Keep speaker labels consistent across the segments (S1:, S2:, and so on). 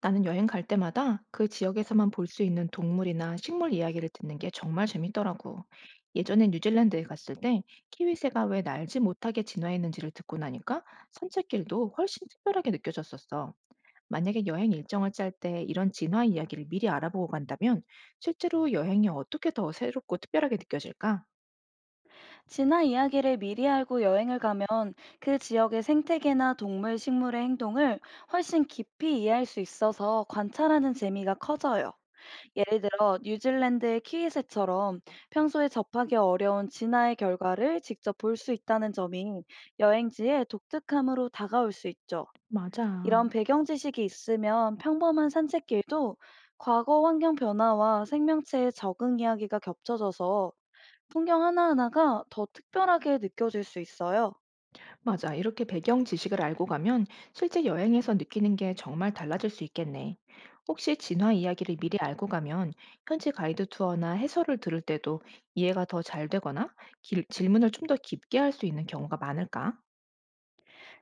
S1: 나는 여행 갈 때마다 그 지역에서만 볼 수 있는 동물이나 식물 이야기를 듣는 게 정말 재밌더라고. 예전에 뉴질랜드에 갔을 때 키위새가 왜 날지 못하게 진화했는지를 듣고 나니까 산책길도 훨씬 특별하게 느껴졌었어. 만약에 여행 일정을 짤 때 이런 진화 이야기를 미리 알아보고 간다면 실제로 여행이 어떻게 더 새롭고 특별하게 느껴질까?
S2: 진화 이야기를 미리 알고 여행을 가면 그 지역의 생태계나 동물, 식물의 행동을 훨씬 깊이 이해할 수 있어서 관찰하는 재미가 커져요. 예를 들어 뉴질랜드의 키위새처럼 평소에 접하기 어려운 진화의 결과를 직접 볼 수 있다는 점이 여행지의 독특함으로 다가올 수 있죠.
S1: 맞아.
S2: 이런 배경 지식이 있으면 평범한 산책길도 과거 환경 변화와 생명체의 적응 이야기가 겹쳐져서 풍경 하나하나가 더 특별하게 느껴질 수 있어요.
S1: 맞아. 이렇게 배경 지식을 알고 가면 실제 여행에서 느끼는 게 정말 달라질 수 있겠네. 혹시 진화 이야기를 미리 알고 가면 현지 가이드 투어나 해설을 들을 때도 이해가 더 잘 되거나 질문을 좀 더 깊게 할 수 있는 경우가 많을까?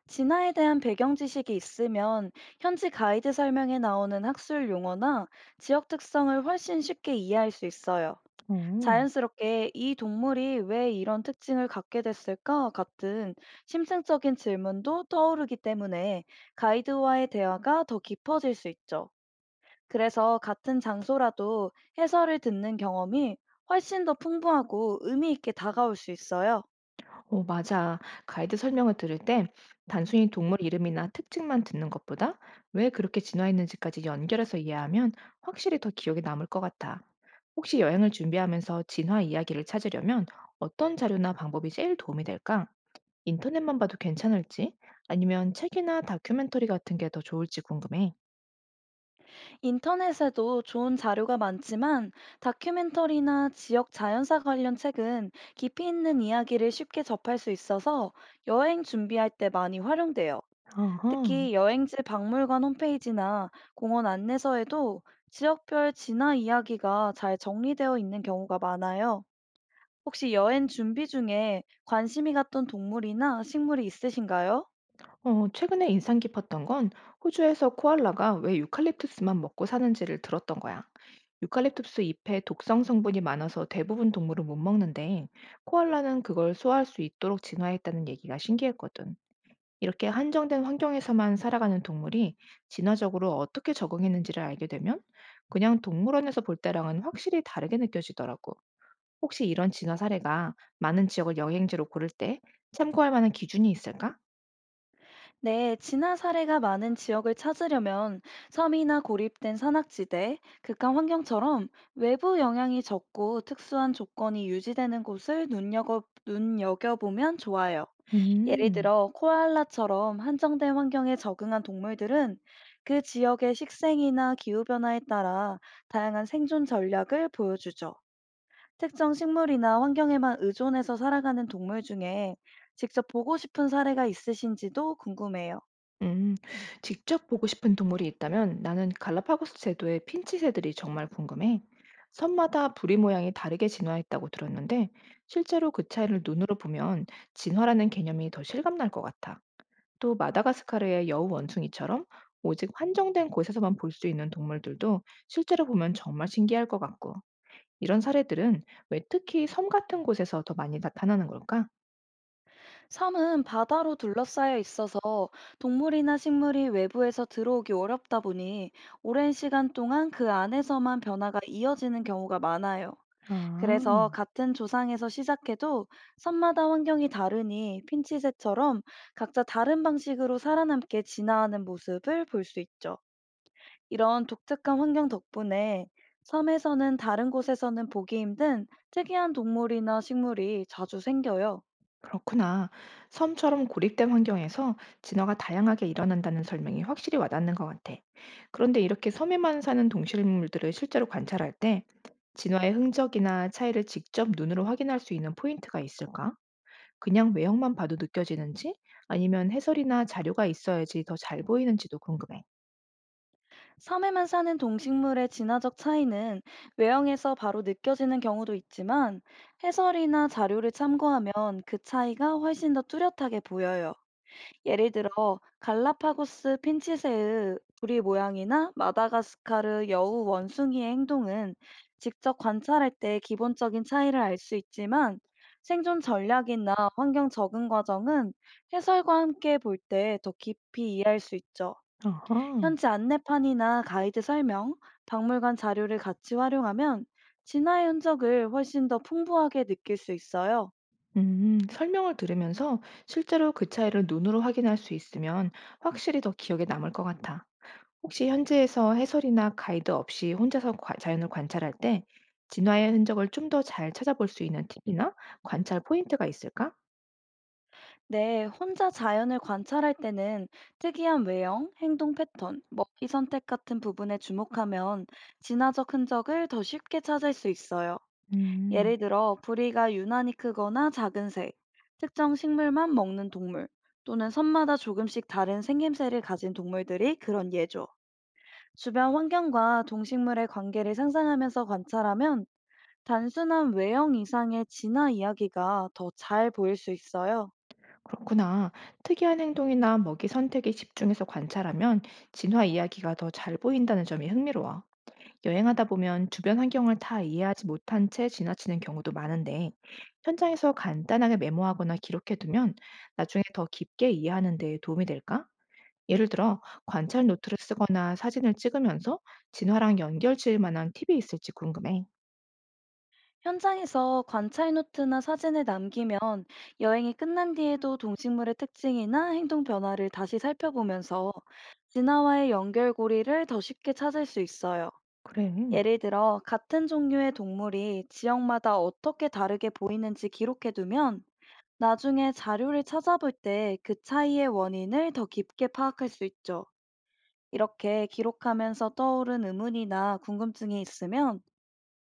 S2: 진화에 대한 배경 지식이 있으면 현지 가이드 설명에 나오는 학술 용어나 지역 특성을 훨씬 쉽게 이해할 수 있어요.
S1: 어.
S2: 자연스럽게 이 동물이 왜 이런 특징을 갖게 됐을까 같은 심층적인 질문도 떠오르기 때문에 가이드와의 대화가 더 깊어질 수 있죠. 그래서 같은 장소라도 해설을 듣는 경험이 훨씬 더 풍부하고 의미 있게 다가올 수 있어요.
S1: 어, 맞아. 가이드 설명을 들을 때 단순히 동물 이름이나 특징만 듣는 것보다 왜 그렇게 진화했는지까지 연결해서 이해하면 확실히 더 기억에 남을 것 같아. 혹시 여행을 준비하면서 진화 이야기를 찾으려면 어떤 자료나 방법이 제일 도움이 될까? 인터넷만 봐도 괜찮을지 아니면 책이나 다큐멘터리 같은 게 더 좋을지 궁금해.
S2: 인터넷에도 좋은 자료가 많지만 다큐멘터리나 지역 자연사 관련 책은 깊이 있는 이야기를 쉽게 접할 수 있어서 여행 준비할 때 많이 활용돼요.
S1: 어허.
S2: 특히 여행지 박물관 홈페이지나 공원 안내서에도 지역별 진화 이야기가 잘 정리되어 있는 경우가 많아요. 혹시 여행 준비 중에 관심이 갔던 동물이나 식물이 있으신가요?
S1: 어, 최근에 인상 깊었던 건 호주에서 코알라가 왜 유칼립투스만 먹고 사는지를 들었던 거야. 유칼립투스 잎에 독성 성분이 많아서 대부분 동물은 못 먹는데 코알라는 그걸 소화할 수 있도록 진화했다는 얘기가 신기했거든. 이렇게 한정된 환경에서만 살아가는 동물이 진화적으로 어떻게 적응했는지를 알게 되면 그냥 동물원에서 볼 때랑은 확실히 다르게 느껴지더라고. 혹시 이런 진화 사례가 많은 지역을 여행지로 고를 때 참고할 만한 기준이 있을까?
S2: 네, 진화 사례가 많은 지역을 찾으려면 섬이나 고립된 산악지대, 극한 환경처럼 외부 영향이 적고 특수한 조건이 유지되는 곳을 눈여겨보면 좋아요. 예를
S1: 음,
S2: 들어, 코알라처럼 한정된 환경에 적응한 동물들은 그 지역의 식생이나 기후변화에 따라 다양한 생존 전략을 보여주죠. 특정 식물이나 환경에만 의존해서 살아가는 동물 중에 직접 보고 싶은 사례가 있으신지도 궁금해요.
S1: 음. 직접 보고 싶은 동물이 있다면 나는 갈라파고스 제도의 핀치 새들이 정말 궁금해. 섬마다 부리 모양이 다르게 진화했다고 들었는데 실제로 그 차이를 눈으로 보면 진화라는 개념이 더 실감날 것 같아. 또 마다가스카르의 여우 원숭이처럼 오직 한정된 곳에서만 볼 수 있는 동물들도 실제로 보면 정말 신기할 것 같고, 이런 사례들은 왜 특히 섬 같은 곳에서 더 많이 나타나는 걸까?
S2: 섬은 바다로 둘러싸여 있어서 동물이나 식물이 외부에서 들어오기 어렵다 보니 오랜 시간 동안 그 안에서만 변화가 이어지는 경우가 많아요. 그래서
S1: 아,
S2: 같은 조상에서 시작해도 섬마다 환경이 다르니 핀치새처럼 각자 다른 방식으로 살아남게 진화하는 모습을 볼 수 있죠. 이런 독특한 환경 덕분에 섬에서는 다른 곳에서는 보기 힘든 특이한 동물이나 식물이 자주 생겨요.
S1: 그렇구나. 섬처럼 고립된 환경에서 진화가 다양하게 일어난다는 설명이 확실히 와닿는 것 같아. 그런데 이렇게 섬에만 사는 동식물들을 실제로 관찰할 때 진화의 흔적이나 차이를 직접 눈으로 확인할 수 있는 포인트가 있을까? 그냥 외형만 봐도 느껴지는지 아니면 해설이나 자료가 있어야지 더 잘 보이는지도 궁금해.
S2: 섬에만 사는 동식물의 진화적 차이는 외형에서 바로 느껴지는 경우도 있지만 해설이나 자료를 참고하면 그 차이가 훨씬 더 뚜렷하게 보여요. 예를 들어 갈라파고스 핀치새의 부리 모양이나 마다가스카르 여우 원숭이의 행동은 직접 관찰할 때 기본적인 차이를 알 수 있지만 생존 전략이나 환경 적응 과정은 해설과 함께 볼 때 더 깊이 이해할 수 있죠.
S1: 아하.
S2: 현지 안내판이나 가이드 설명, 박물관 자료를 같이 활용하면 진화의 흔적을 훨씬 더 풍부하게 느낄 수 있어요.
S1: 설명을 들으면서 실제로 그 차이를 눈으로 확인할 수 있으면 확실히 더 기억에 남을 것 같아. 혹시 현지에서 해설이나 가이드 없이 혼자서 자연을 관찰할 때 진화의 흔적을 좀 더 잘 찾아볼 수 있는 팁이나 관찰 포인트가 있을까?
S2: 네, 혼자 자연을 관찰할 때는 특이한 외형, 행동 패턴, 먹이 선택 같은 부분에 주목하면 진화적 흔적을 더 쉽게 찾을 수 있어요.
S1: 음.
S2: 예를 들어, 부리가 유난히 크거나 작은 새, 특정 식물만 먹는 동물, 또는 섬마다 조금씩 다른 생김새를 가진 동물들이 그런 예죠. 주변 환경과 동식물의 관계를 상상하면서 관찰하면 단순한 외형 이상의 진화 이야기가 더 잘 보일 수 있어요.
S1: 그렇구나. 특이한 행동이나 먹이 선택에 집중해서 관찰하면 진화 이야기가 더 잘 보인다는 점이 흥미로워. 여행하다 보면 주변 환경을 다 이해하지 못한 채 지나치는 경우도 많은데, 현장에서 간단하게 메모하거나 기록해두면 나중에 더 깊게 이해하는 데 도움이 될까? 예를 들어, 관찰 노트를 쓰거나 사진을 찍으면서 진화랑 연결 지을 만한 팁이 있을지 궁금해.
S2: 현장에서 관찰 노트나 사진을 남기면 여행이 끝난 뒤에도 동식물의 특징이나 행동 변화를 다시 살펴보면서 진화와의 연결고리를 더 쉽게 찾을 수 있어요.
S1: 그래.
S2: 예를 들어 같은 종류의 동물이 지역마다 어떻게 다르게 보이는지 기록해두면 나중에 자료를 찾아볼 때 그 차이의 원인을 더 깊게 파악할 수 있죠. 이렇게 기록하면서 떠오른 의문이나 궁금증이 있으면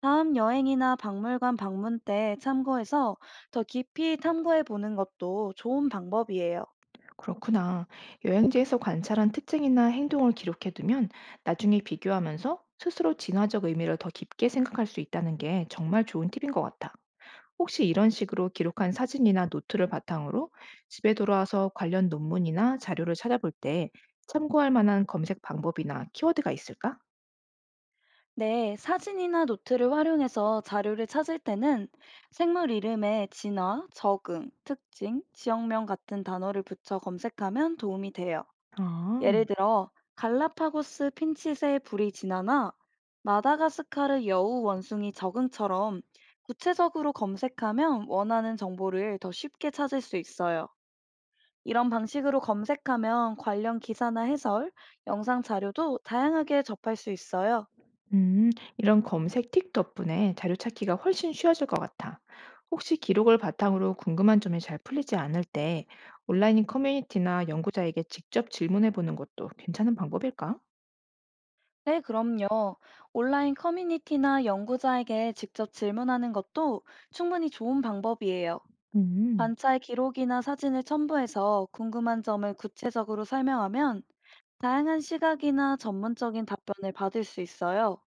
S2: 다음 여행이나 박물관 방문 때 참고해서 더 깊이 탐구해 보는 것도 좋은 방법이에요.
S1: 그렇구나. 여행지에서 관찰한 특징이나 행동을 기록해 두면 나중에 비교하면서 스스로 진화적 의미를 더 깊게 생각할 수 있다는 게 정말 좋은 팁인 것 같아. 혹시 이런 식으로 기록한 사진이나 노트를 바탕으로 집에 돌아와서 관련 논문이나 자료를 찾아볼 때 참고할 만한 검색 방법이나 키워드가 있을까?
S2: 네, 사진이나 노트를 활용해서 자료를 찾을 때는 생물 이름에 진화, 적응, 특징, 지역명 같은 단어를 붙여 검색하면 도움이 돼요. 예를
S1: 아.
S2: 들어 갈라파고스 핀칫의 불이 진화나 마다가스카르 여우 원숭이 적응처럼 구체적으로 검색하면 원하는 정보를 더 쉽게 찾을 수 있어요. 이런 방식으로 검색하면 관련 기사나 해설, 영상 자료도 다양하게 접할 수 있어요.
S1: 음, 이런 검색 팁 덕분에 자료 찾기가 훨씬 쉬워질 것 같아. 혹시 기록을 바탕으로 궁금한 점이 잘 풀리지 않을 때 온라인 커뮤니티나 연구자에게 직접 질문해 보는 것도 괜찮은 방법일까?
S2: 네, 그럼요. 온라인 커뮤니티나 연구자에게 직접 질문하는 것도 충분히 좋은 방법이에요.
S1: 음.
S2: 관찰 기록이나 사진을 첨부해서 궁금한 점을 구체적으로 설명하면 다양한 시각이나 전문적인 답변을 받을 수 있어요.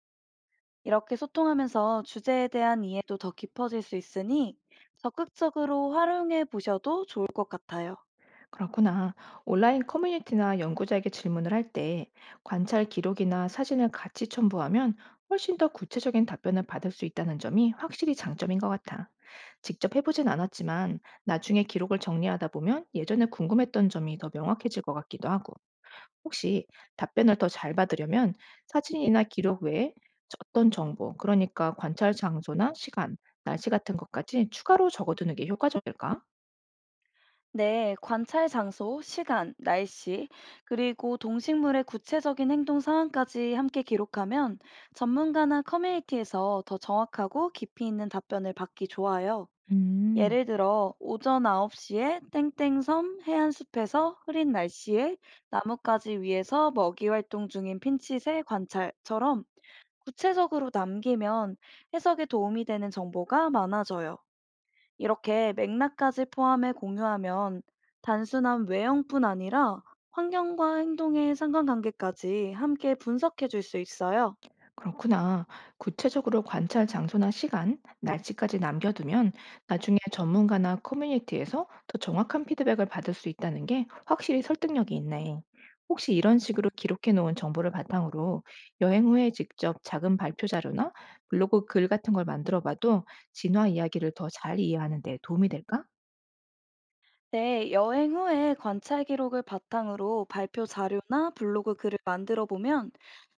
S2: 이렇게 소통하면서 주제에 대한 이해도 더 깊어질 수 있으니 적극적으로 활용해 보셔도 좋을 것 같아요.
S1: 그렇구나. 온라인 커뮤니티나 연구자에게 질문을 할 때 관찰 기록이나 사진을 같이 첨부하면 훨씬 더 구체적인 답변을 받을 수 있다는 점이 확실히 장점인 것 같아. 직접 해보진 않았지만 나중에 기록을 정리하다 보면 예전에 궁금했던 점이 더 명확해질 것 같기도 하고, 혹시 답변을 더 잘 받으려면 사진이나 기록 외에 어떤 정보, 그러니까 관찰 장소나 시간, 날씨 같은 것까지 추가로 적어두는 게 효과적일까?
S2: 네, 관찰 장소, 시간, 날씨, 그리고 동식물의 구체적인 행동 상황까지 함께 기록하면 전문가나 커뮤니티에서 더 정확하고 깊이 있는 답변을 받기 좋아요.
S1: 음.
S2: 예를 들어, 오전 9시에 땡땡섬 해안숲에서 흐린 날씨에 나뭇가지 위에서 먹이 활동 중인 핀칫의 관찰처럼 구체적으로 남기면 해석에 도움이 되는 정보가 많아져요. 이렇게 맥락까지 포함해 공유하면 단순한 외형뿐 아니라 환경과 행동의 상관관계까지 함께 분석해 줄 수 있어요.
S1: 그렇구나. 구체적으로 관찰 장소나 시간, 날짜까지 남겨두면 나중에 전문가나 커뮤니티에서 더 정확한 피드백을 받을 수 있다는 게 확실히 설득력이 있네. 혹시 이런 식으로 기록해 놓은 정보를 바탕으로 여행 후에 직접 작은 발표 자료나 블로그 글 같은 걸 만들어 봐도 진화 이야기를 더 잘 이해하는 데 도움이 될까?
S2: 네, 여행 후에 관찰 기록을 바탕으로 발표 자료나 블로그 글을 만들어 보면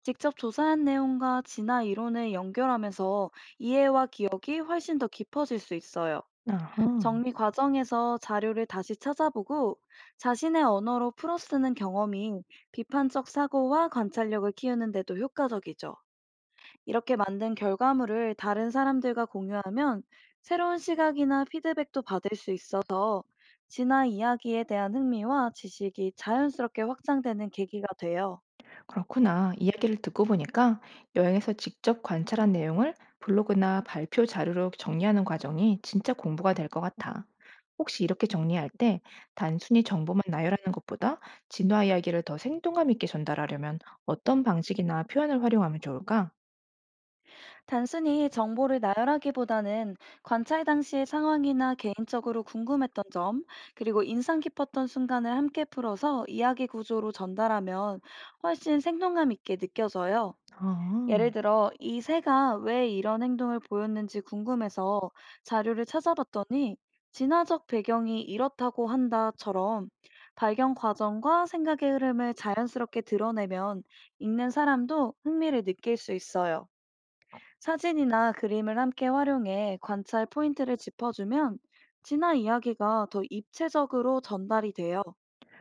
S2: 직접 조사한 내용과 진화 이론을 연결하면서 이해와 기억이 훨씬 더 깊어질 수 있어요.
S1: 아하.
S2: 정리 과정에서 자료를 다시 찾아보고 자신의 언어로 풀어쓰는 경험이 비판적 사고와 관찰력을 키우는 데도 효과적이죠. 이렇게 만든 결과물을 다른 사람들과 공유하면 새로운 시각이나 피드백도 받을 수 있어서 진화 이야기에 대한 흥미와 지식이 자연스럽게 확장되는 계기가 돼요.
S1: 그렇구나. 이야기를 듣고 보니까 여행에서 직접 관찰한 내용을 블로그나 발표 자료로 정리하는 과정이 진짜 공부가 될 것 같아. 혹시 이렇게 정리할 때 단순히 정보만 나열하는 것보다 진화 이야기를 더 생동감 있게 전달하려면 어떤 방식이나 표현을 활용하면 좋을까?
S2: 단순히 정보를 나열하기보다는 관찰 당시의 상황이나 개인적으로 궁금했던 점, 그리고 인상 깊었던 순간을 함께 풀어서 이야기 구조로 전달하면 훨씬 생동감 있게 느껴져요. 예를
S1: 아.
S2: 들어, 이 새가 왜 이런 행동을 보였는지 궁금해서 자료를 찾아봤더니 진화적 배경이 이렇다고 한다처럼 발견 과정과 생각의 흐름을 자연스럽게 드러내면 읽는 사람도 흥미를 느낄 수 있어요. 사진이나 그림을 함께 활용해 관찰 포인트를 짚어주면 진화 이야기가 더 입체적으로 전달이 돼요.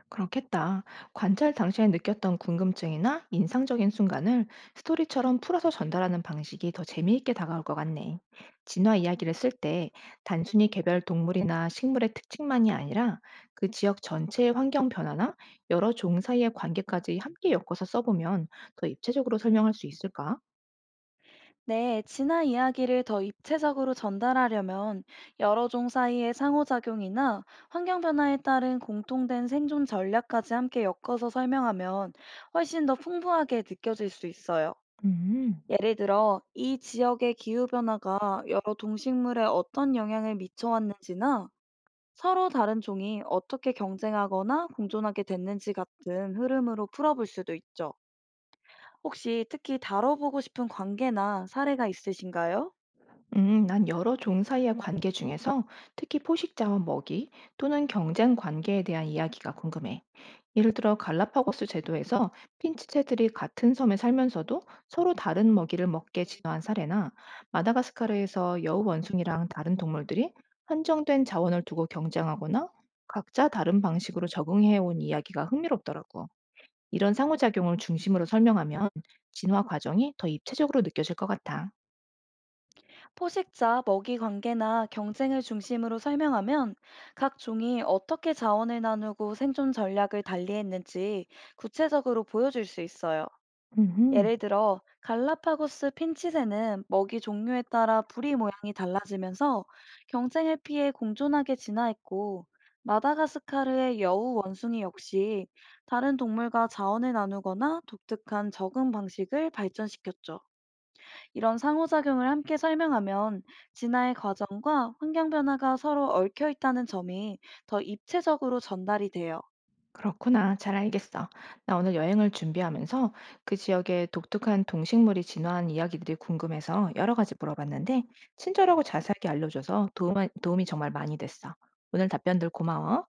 S1: 그렇겠다. 관찰 당시에 느꼈던 궁금증이나 인상적인 순간을 스토리처럼 풀어서 전달하는 방식이 더 재미있게 다가올 것 같네. 진화 이야기를 쓸 때 단순히 개별 동물이나 식물의 특징만이 아니라 그 지역 전체의 환경 변화나 여러 종 사이의 관계까지 함께 엮어서 써보면 더 입체적으로 설명할 수 있을까?
S2: 네, 진화 이야기를 더 입체적으로 전달하려면 여러 종 사이의 상호작용이나 환경 변화에 따른 공통된 생존 전략까지 함께 엮어서 설명하면 훨씬 더 풍부하게 느껴질 수 있어요.
S1: 음.
S2: 예를 들어, 이 지역의 기후변화가 여러 동식물에 어떤 영향을 미쳐왔는지나 서로 다른 종이 어떻게 경쟁하거나 공존하게 됐는지 같은 흐름으로 풀어볼 수도 있죠. 혹시 특히 다뤄보고 싶은 관계나 사례가 있으신가요?
S1: 난 여러 종 사이의 관계 중에서 특히 포식 자원 먹이 또는 경쟁 관계에 대한 이야기가 궁금해. 예를 들어 갈라파고스 제도에서 핀치채들이 같은 섬에 살면서도 서로 다른 먹이를 먹게 진화한 사례나 마다가스카르에서 여우 원숭이랑 다른 동물들이 한정된 자원을 두고 경쟁하거나 각자 다른 방식으로 적응해온 이야기가 흥미롭더라고. 이런 상호작용을 중심으로 설명하면 진화 과정이 더 입체적으로 느껴질 것 같아.
S2: 포식자, 먹이 관계나 경쟁을 중심으로 설명하면 각 종이 어떻게 자원을 나누고 생존 전략을 달리했는지 구체적으로 보여줄 수 있어요.
S1: 음흠.
S2: 예를 들어, 갈라파고스 핀치새는 먹이 종류에 따라 부리 모양이 달라지면서 경쟁을 피해 공존하게 진화했고, 마다가스카르의 여우 원숭이 역시 다른 동물과 자원을 나누거나 독특한 적응 방식을 발전시켰죠. 이런 상호작용을 함께 설명하면 진화의 과정과 환경 변화가 서로 얽혀 있다는 점이 더 입체적으로 전달이 돼요.
S1: 그렇구나. 잘 알겠어. 나 오늘 여행을 준비하면서 그 지역의 독특한 동식물이 진화한 이야기들이 궁금해서 여러 가지 물어봤는데, 친절하고 자세하게 알려줘서 도움이 정말 많이 됐어. 오늘 답변들 고마워.